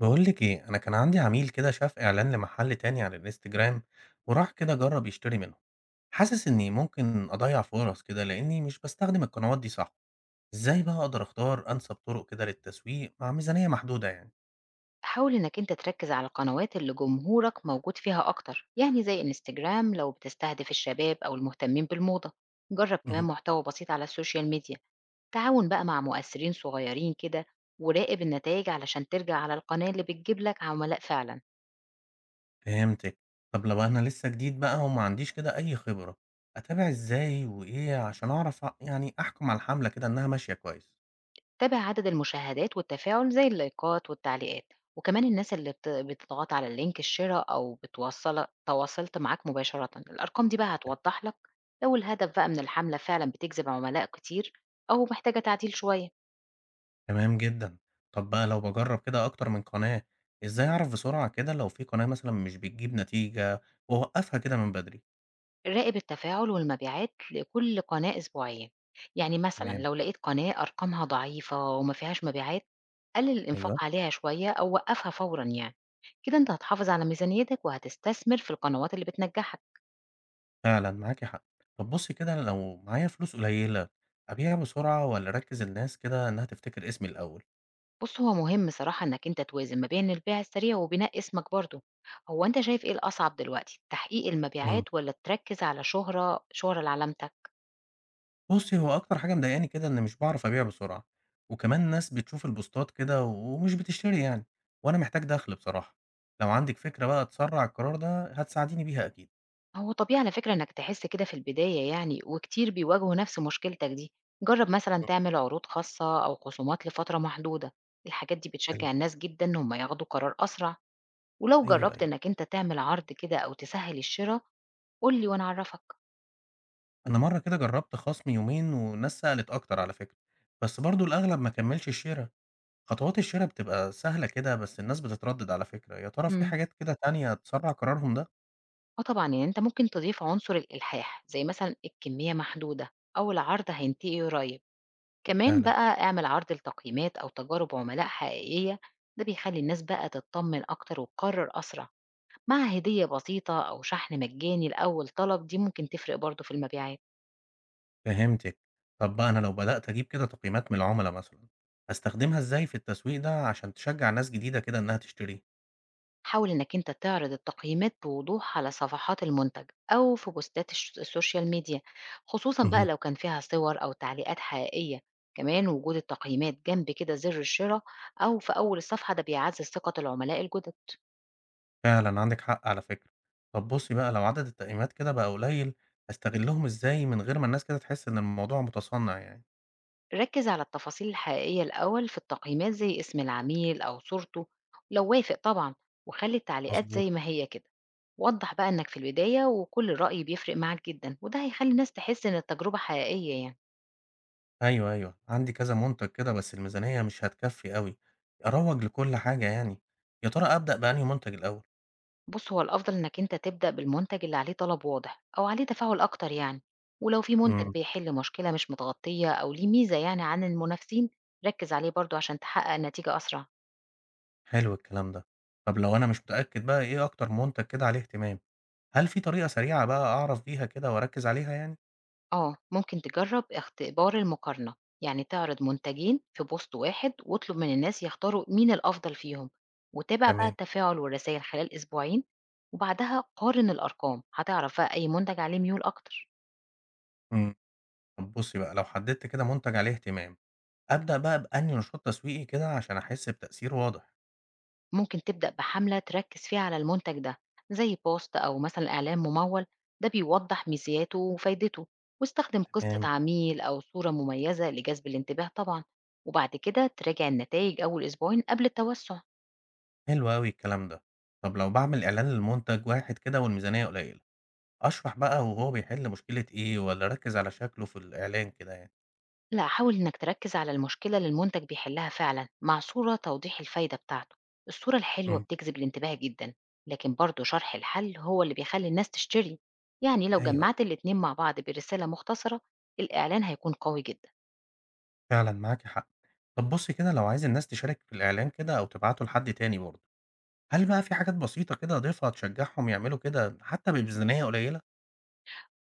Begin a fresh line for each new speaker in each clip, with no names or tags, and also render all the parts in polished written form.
باقول لِك إيه، أنا كان عندي عميل كده شاف إعلان لمحل تاني على الإنستجرام، وراح كده جرّب يشتري منهم. حاسس إني ممكن أضيّع فرص كده لإني مش باستخدم القنوات دي صح. إزاي بقى أقدر أختار أنسب طرق كده للتسويق مع ميزانية محدودة يعني؟
حاول إنك أنت تركز على القنوات اللي جمهورك موجود فيها أكتر، يعني زي انستجرام لو بتستهدف الشباب أو المهتمين بالموضة. جرب كمان
اهم.
محتوى بسيط على السوشيال ميديا. تعاون بقى مع مؤثرين صغيرين كده، وراقب النتائج علشان ترجع على القناة اللي بتجيب لك عملاء فعلا.
فهمتِك. طب لو أنا لسه جديد بقى وما عنديش كده أي خبرة، أتابع إزاي وإيه عشان أعرف أ يعني أحكم على الحملة كده إنها ماشية كويس؟
تابع عدد المشاهدات والتفاعل زي اللايكات والتعليقات، وكمان الناس اللي بتضغط على اللينك الشراء أو بتوصل تواصلت معاك مباشرة. الأرقام دي بقى هتوضح لك لو الهدف بقى من الحملة فعلا بتجذب عملاء كتير أو محتاجة تعديل شوية.
تمام جدًا. طب بقى لو باجرّب كده أكتر من قناة، إزاي أعرف بسرعة كده لو في قناة مثلًا مش بتجيب نتيجة وأوقّفها كده من بدري؟
راقب التفاعل والمبيعات لكل قناة أسبوعيا، يعني مثلا
تمام،
لو لقيت قناة أرقامها ضعيفة وما فيهاش مبيعات، قلل
أيوه،
الإنفاق عليها شوية أو وقفها فورا يعني. كده أنت هتحافظ على ميزانيتك وهتستثمر في القنوات اللي بتنجحك.
فعلًا معاكِ حق. طب بُصّي كده لو معايا فلوس قليلة، أبيع بسرعة والّا أركّز الناس كده إنها تفتكر اسمي الأول؟
بُص، هو مهم صراحة إنك أنت توازن ما بين البيع السريع وبناء اسمك برضه. هو أنت شايف إيه الأصعب دلوقتي، تحقيق
إمم.
المبيعات والّا تركّز على شهرة لعلامتك؟
بُصّي، هو أكتر حاجة مضايقاني كده إني مش باعرف أبيع بسرعة، وكمان الناس بتشوف البوستات كده ومش بتشتري يعني، وأنا محتاج دخْل بصراحة. لو عندِك فكرة بقى تسرّع القرار ده هتساعديني بيها أكيد.
هو طبيعي على فكرة إنك تحس كده في البداية يعني، وكتير بيواجهوا نفس مشكلتك دي. جرّب مثلًا
إمم،
تعمل عروض خاصة أو خصومات لفترة محدودة، الحاجات دي
حلو.
بتشجع الناس جدًا إن هم ياخدوا قرار أسرع، ولو
أيوه،
جرّبت
أيوه.
إنك أنت تعمل عرض كده أو تسهّل الشرا، قُل لي وأنا أعرّفك.
أنا مرّة كده جرّبت خصم يومين والناس سألت أكتر على فكرة، بس برضه الأغلب ما كمّلش الشِرا، خطوات الشِرا بتبقى سهلة كده بس الناس بتتردّد على فكرة، يا ترى في
إمم.
حاجات كده تانية تسرّع قرارهم ده؟
آه طبعًا، يعني أنت ممكن تضيف عنصر الإلحاح، زي مثلًا الكمية محدودة أو العرض هينتهي قريب. كمان
فعلًا،
بقى اعمل عرض لتقييمات أو تجارب عملاء حقيقية، ده بيخلي الناس بقى تتطمن أكتر وتقرر أسرع، مع هدية بسيطة أو شحن مجاني لأول طلب دي ممكن تفرق برضه في المبيعات.
فهمتِك. طب بقى أنا لو بدأت أجيب كده تقييمات من العُملا مثلًا، أستخدمها إزاي في التسويق ده عشان تشجّع ناس جديدة كده إنّها تشتري؟
حاول إنك أنت تعرض التقييمات بوضوح على صفحات المنتج أو في بوستات السوشيال ميديا، خصوصا بقى
اهم،
لو كان فيها صور أو تعليقات حقيقية. كمان وجود التقييمات جنب كده زر الشراء أو في أول الصفحة، ده بيعزز ثقة العملاء الجدد.
فعلًا عندِك حق على فكرة. طب بُصّي بقى لو عدد التقييمات كده بقى قليّل، أستغلّهم إزاي من غير ما الناس كده تحس إن الموضوع متصنّع يعني؟
ركز على التفاصيل الحقيقية الأول في التقييمات زي اسم العميل أو صورته لو وافق طبعا، وخلي التعليقات
مضبوط.
زي ما هي كده. وضح بقى إنك في البداية وكل رأي بيفرق معاك جدا، وده هيخلي الناس تحس إن التجربة حقيقية يعني.
أيوه، أيوه، عندي كذا منتج كده بس الميزانية مش هتكفّي أوي، أروّج لكل حاجة يعني، يا ترى أبدأ بأنهي منتج الأول؟
بُص، هو الأفضل إنك أنت تبدأ بالمنتج اللي عليه طلب واضح أو عليه تفاعل أكتر يعني، ولو في منتج
إمم،
بيحل مشكلة مش متغطية أو ليه ميزة يعني عن المنافسين، ركز عليه برضه عشان تحقق نتيجة أسرع.
حلو الكلام ده، طب لو أنا مش متأكد بقى إيه أكتر منتج كده عليه اهتمام، هل في طريقة سريعة بقى أعرف بيها كده وأركّز عليها يعني؟
آه، ممكن تجرب اختبار المقارنة، يعني تعرض منتجين في بوست واحد واطلب من الناس يختاروا مين الأفضل فيهم، وتابع بقى
تمام.
التفاعل والرسايل خلال أسبوعين. وبعدها قارن الأرقام، هتعرف بقى أي منتج عليه ميول أكتر.
إمم، طب بُصّي بقى، لو حددت كده منتج عليه اهتمام، أبدأ بقى بأنهي نشاط تسويقي كده عشان أحس بتأثير واضح؟
ممكن تبدأ بحملة تركز فيها على المنتج ده، زي بوست أو مثلا إعلان ممول، ده بيوضح ميزاته وفايدته. واستخدم قصة
تمام.
عميل أو صورة مميزة لجذب الانتباه طبعا. وبعد كده تراجع النتائج أول أسبوعين قبل التوسع.
حلو أوي الكلام ده، طب لو باعمل إعلان لمنتج واحد كده والميزانية قليلة، أشرح بقى وهو بيحل مشكلة إيه والّا أركّز على شكله في الإعلان كده يعني؟
لا، حاول إنك تركز على المشكلة اللي المنتج بيحلها فعلا مع صورة توضيح الفايدة بتاعته. الصورة الحلوة
إمم.
بتجذب الانتباه جدا، لكن برضه شرح الحل هو اللي بيخلي الناس تشتري يعني. لو
أيوه، أيوه
جمعت الاتنين مع بعض برسالة مختصرة، الإعلان هيكون قوي جدا.
فعلًا معاكِ حق. طب بُصّي كده لو عايز الناس تشارك في الإعلان كده أو تبعته لحد تاني برضه، هل بقى في حاجات بسيطة كده أضيفها تشجّعهم يعملوا كده حتى بميزانية قليلة؟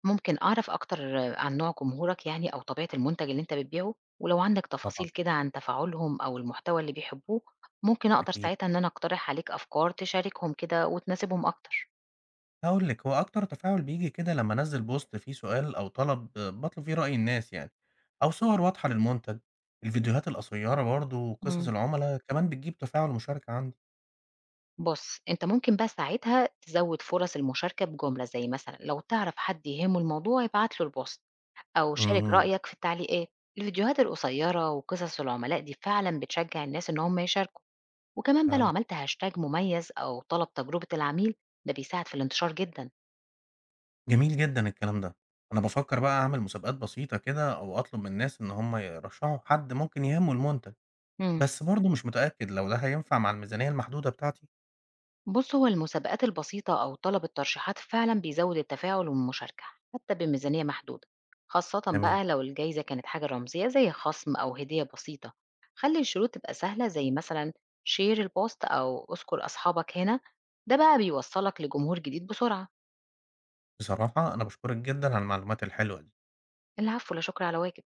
ممكن أعرف أكتر عن نوع جمهورك يعني أو طبيعة المنتج اللي أنت بتبيعه، ولو عندك
طبعًا.
تفاصيل كده عن تفاعلهم أو المحتوى اللي بيحبوه، ممكن أقدر
أكيد.
ساعتها إن أنا أقترح عليك أفكار تشاركهم كده وتناسبهم أكتر.
هاقول لِك، هو أكتر تفاعل بييجي كده لمّا أنزّل بوست فيه سؤال أو طلب باطلب فيه رأي الناس يعني، أو صور واضحة للمنتج. الفيديوهات القصيّرة برضه وقصص
مم.
العُملا كمان بتجيب تفاعل ومشاركة عندي.
بص، أنت ممكن بقى ساعتها تزود فرص المشاركة بجملة زي مثلا لو تعرف حد يهمه الموضوع ابعت له البوست أو شارك
إمم.
رأيك في التعليقات. الفيديوهات القصيرة وقصص العملاء دي فعلا بتشجع الناس إن هم يشاركوا. وكمان بقى لو
فعلًا.
عملت هاشتاج مميز أو طلب تجربة العميل، ده بيساعد في الانتشار جدا.
جميل جدًا الكلام ده. أنا بافكّر بقى أعمل مسابقات بسيطة كده أو أطلب من الناس إن هم يرشّحوا حد ممكن يهمه المنتج،
امم.
بس برضه مش متأكد لو ده هينفع مع الميزانية المحدودة بتاعتي.
بص، هو المسابقات البسيطة أو طلب الترشيحات فعلا بيزود التفاعل والمشاركة حتى بميزانية محدودة، خاصة
تمام.
بقى لو الجايزة كانت حاجة رمزية زي خصم أو هدية بسيطة. خلي الشروط تبقى سهلة زي مثلا شير البوست أو اذكر أصحابك هنا، ده بقى بيوصلك لجمهور جديد بسرعة.
بصراحة أنا باشكرك جدًا على المعلومات الحلوة دي.
العفو، لا شكر على واجب.